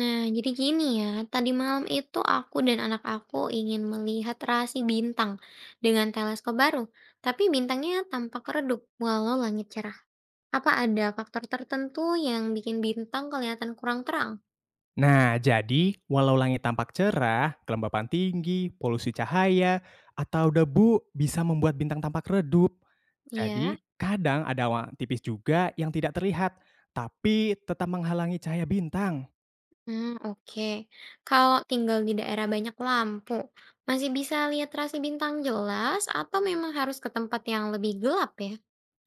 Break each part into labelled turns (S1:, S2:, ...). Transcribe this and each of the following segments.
S1: Nah, jadi gini ya, tadi malam itu aku dan anak aku ingin melihat rasi bintang dengan teleskop baru, tapi bintangnya tampak redup walau langit cerah. Apa ada faktor tertentu yang bikin bintang kelihatan kurang terang?
S2: Nah, jadi walau langit tampak cerah, kelembapan tinggi, polusi cahaya, atau debu bisa membuat bintang tampak redup.
S1: Ya,
S2: Jadi, kadang ada awan tipis juga yang tidak terlihat, tapi tetap menghalangi cahaya bintang.
S1: hmm, oke. Kalau tinggal di daerah banyak lampu, masih bisa lihat rasi bintang jelas atau memang harus ke tempat yang lebih gelap ya?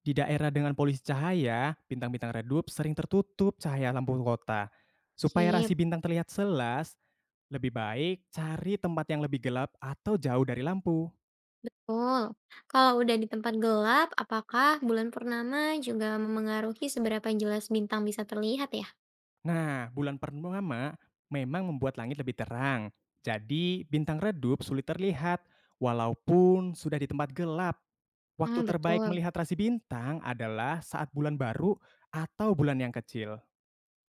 S2: Di daerah dengan polusi cahaya, bintang-bintang redup sering tertutup cahaya lampu kota. Supaya rasi
S1: Sip.
S2: bintang terlihat jelas, lebih baik cari tempat yang lebih gelap atau jauh dari lampu.
S1: Betul. Kalau udah di tempat gelap, apakah bulan purnama juga memengaruhi seberapa jelas bintang bisa terlihat ya?
S2: Nah, bulan purnama memang membuat langit lebih terang. Jadi, bintang redup sulit terlihat walaupun sudah di tempat gelap. Waktu
S1: Ah,
S2: terbaik
S1: betul.
S2: melihat rasi bintang adalah saat bulan baru atau bulan yang kecil.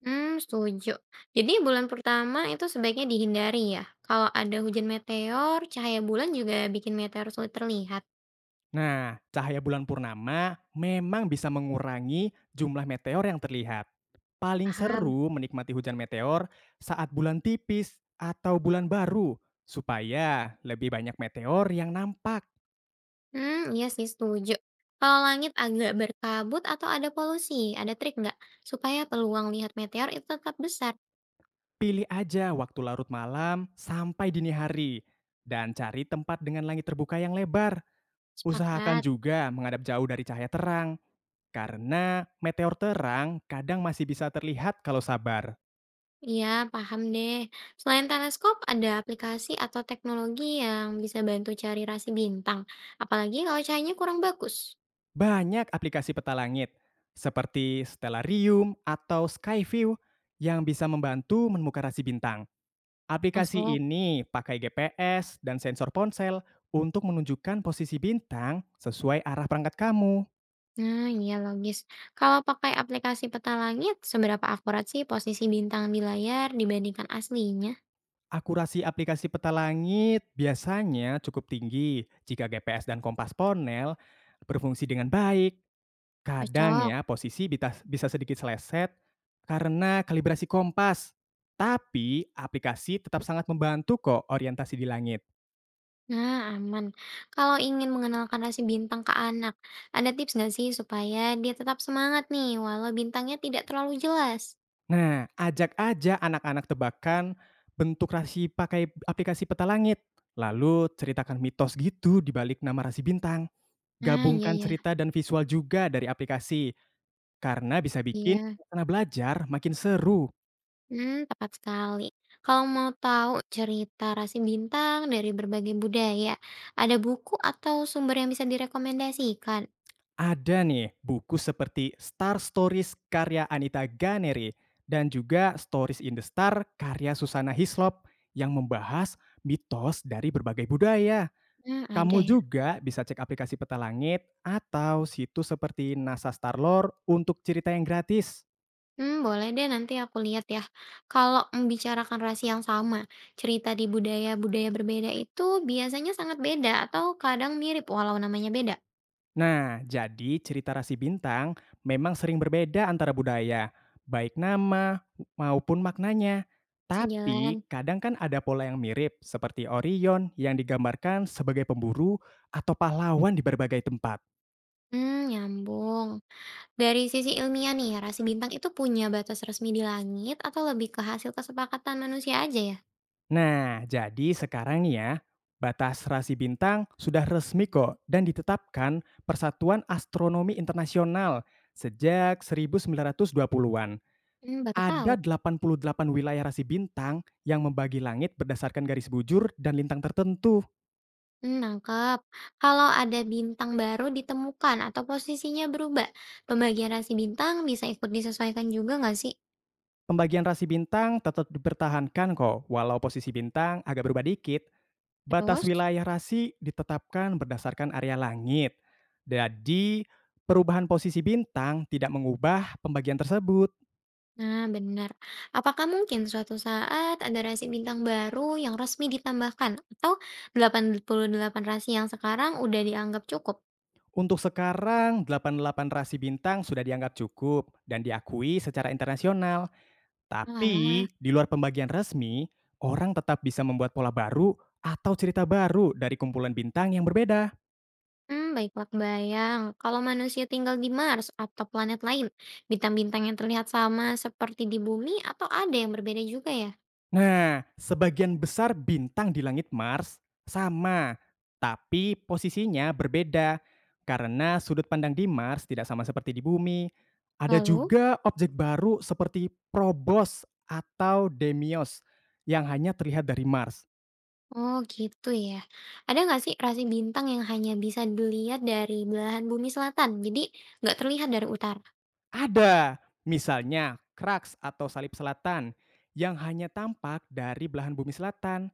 S1: Hmm, setuju. Jadi bulan pertama itu sebaiknya dihindari ya. Kalau ada hujan meteor, cahaya bulan juga bikin meteor sulit terlihat.
S2: Nah, cahaya bulan purnama memang bisa mengurangi jumlah meteor yang terlihat. Paling
S1: Paham?
S2: seru menikmati hujan meteor saat bulan tipis atau bulan baru, supaya lebih banyak meteor yang nampak.
S1: Hmm, iya sih setuju. Kalau langit agak berkabut atau ada polusi, ada trik nggak supaya peluang lihat meteor itu tetap besar?
S2: Pilih aja waktu larut malam sampai dini hari, dan cari tempat dengan langit terbuka yang lebar. Usahakan
S1: Sepakat.
S2: juga menghadap jauh dari cahaya terang, karena meteor terang kadang masih bisa terlihat kalau sabar.
S1: Iya, paham deh. Selain teleskop, ada aplikasi atau teknologi yang bisa bantu cari rasi bintang. Apalagi kalau cahayanya kurang bagus.
S2: Banyak aplikasi peta langit, seperti Stellarium atau Skyview, yang bisa membantu menemukan rasi bintang. Aplikasi
S1: Masuk.
S2: ini pakai GPS dan sensor ponsel untuk menunjukkan posisi bintang sesuai arah perangkat kamu.
S1: Nah, iya logis. Kalau pakai aplikasi peta langit, seberapa akurat sih posisi bintang di layar dibandingkan aslinya?
S2: Akurasi aplikasi peta langit biasanya cukup tinggi jika GPS dan kompas ponel berfungsi dengan baik. Kadang
S1: Cocok.
S2: ya posisi bisa sedikit seleset karena kalibrasi kompas. Tapi aplikasi tetap sangat membantu kok orientasi di langit.
S1: Nah, aman. Kalau ingin mengenalkan rasi bintang ke anak, ada tips nggak sih supaya dia tetap semangat nih, walau bintangnya tidak terlalu jelas?
S2: Nah, ajak aja anak-anak tebakan bentuk rasi pakai aplikasi peta langit. Lalu ceritakan mitos gitu di balik nama rasi bintang.
S1: Nah, iya,
S2: Gabungkan
S1: iya.
S2: cerita dan visual juga dari aplikasi. Karena bisa bikin
S1: Iya.
S2: suasana belajar makin seru.
S1: Hmm, tepat sekali. Kalau mau tahu cerita rasi bintang dari berbagai budaya, ada buku atau sumber yang bisa direkomendasikan?
S2: Ada nih buku seperti Star Stories karya Anita Ganeri dan juga Stories in the Star karya Susana Hislop yang membahas mitos dari berbagai budaya.
S1: Hmm, ada
S2: Kamu
S1: ya.
S2: juga bisa cek aplikasi peta langit atau situs seperti NASA Starlore untuk cerita yang gratis.
S1: Hmm, boleh deh, nanti aku lihat ya. Kalau membicarakan rasi yang sama, cerita di budaya-budaya berbeda itu biasanya sangat beda atau kadang mirip walau namanya beda?
S2: Nah, jadi cerita rasi bintang memang sering berbeda antara budaya, baik nama maupun maknanya.
S1: Sejalan.
S2: Tapi kadang kan ada pola yang mirip, seperti Orion yang digambarkan sebagai pemburu atau pahlawan di berbagai tempat.
S1: Hmm, nyambung. Dari sisi ilmiah nih, rasi bintang itu punya batas resmi di langit atau lebih ke hasil kesepakatan manusia aja ya?
S2: Nah, jadi sekarang nih ya, batas rasi bintang sudah resmi kok dan ditetapkan Persatuan Astronomi Internasional sejak 1920-an.
S1: Hmm, baru tahu.
S2: Ada 88 wilayah rasi bintang yang membagi langit berdasarkan garis bujur dan lintang tertentu.
S1: Mmm, nangkep. Kalau ada bintang baru ditemukan atau posisinya berubah, pembagian rasi bintang bisa ikut disesuaikan juga nggak sih?
S2: Pembagian rasi bintang tetap dipertahankan kok, walau posisi bintang agak berubah dikit. Batas
S1: Terus?
S2: wilayah rasi ditetapkan berdasarkan area langit. Jadi, perubahan posisi bintang tidak mengubah pembagian tersebut.
S1: Nah, benar. Apakah mungkin suatu saat ada rasi bintang baru yang resmi ditambahkan atau 88 rasi yang sekarang udah dianggap cukup?
S2: Untuk sekarang, 88 rasi bintang sudah dianggap cukup dan diakui secara internasional.
S1: Oalah.
S2: Tapi, di luar pembagian resmi, orang tetap bisa membuat pola baru atau cerita baru dari kumpulan bintang yang berbeda.
S1: Hmm, baiklah, kebayang. Kalau manusia tinggal di Mars atau planet lain, bintang-bintang yang terlihat sama seperti di Bumi atau ada yang berbeda juga ya?
S2: Nah, sebagian besar bintang di langit Mars sama, tapi posisinya berbeda karena sudut pandang di Mars tidak sama seperti di bumi. Ada
S1: Lalu?
S2: juga objek baru seperti Probos atau Demios yang hanya terlihat dari Mars.
S1: Oh gitu ya. Ada nggak sih rasi bintang yang hanya bisa dilihat dari belahan bumi selatan, jadi nggak terlihat dari utara?
S2: Ada, misalnya kraks atau salib selatan yang hanya tampak dari belahan bumi selatan.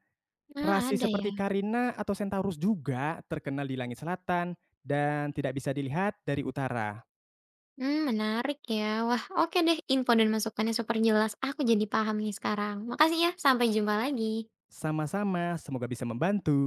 S1: Nah,
S2: Rasi
S1: ada ya.
S2: seperti Carina atau Centaurus juga terkenal di langit selatan dan tidak bisa dilihat dari utara.
S1: Hmm, menarik ya. Wah, oke deh, info dan masukannya super jelas. Aku jadi paham nih sekarang. Makasih ya. Sampai jumpa lagi.
S2: Sama-sama, semoga bisa membantu.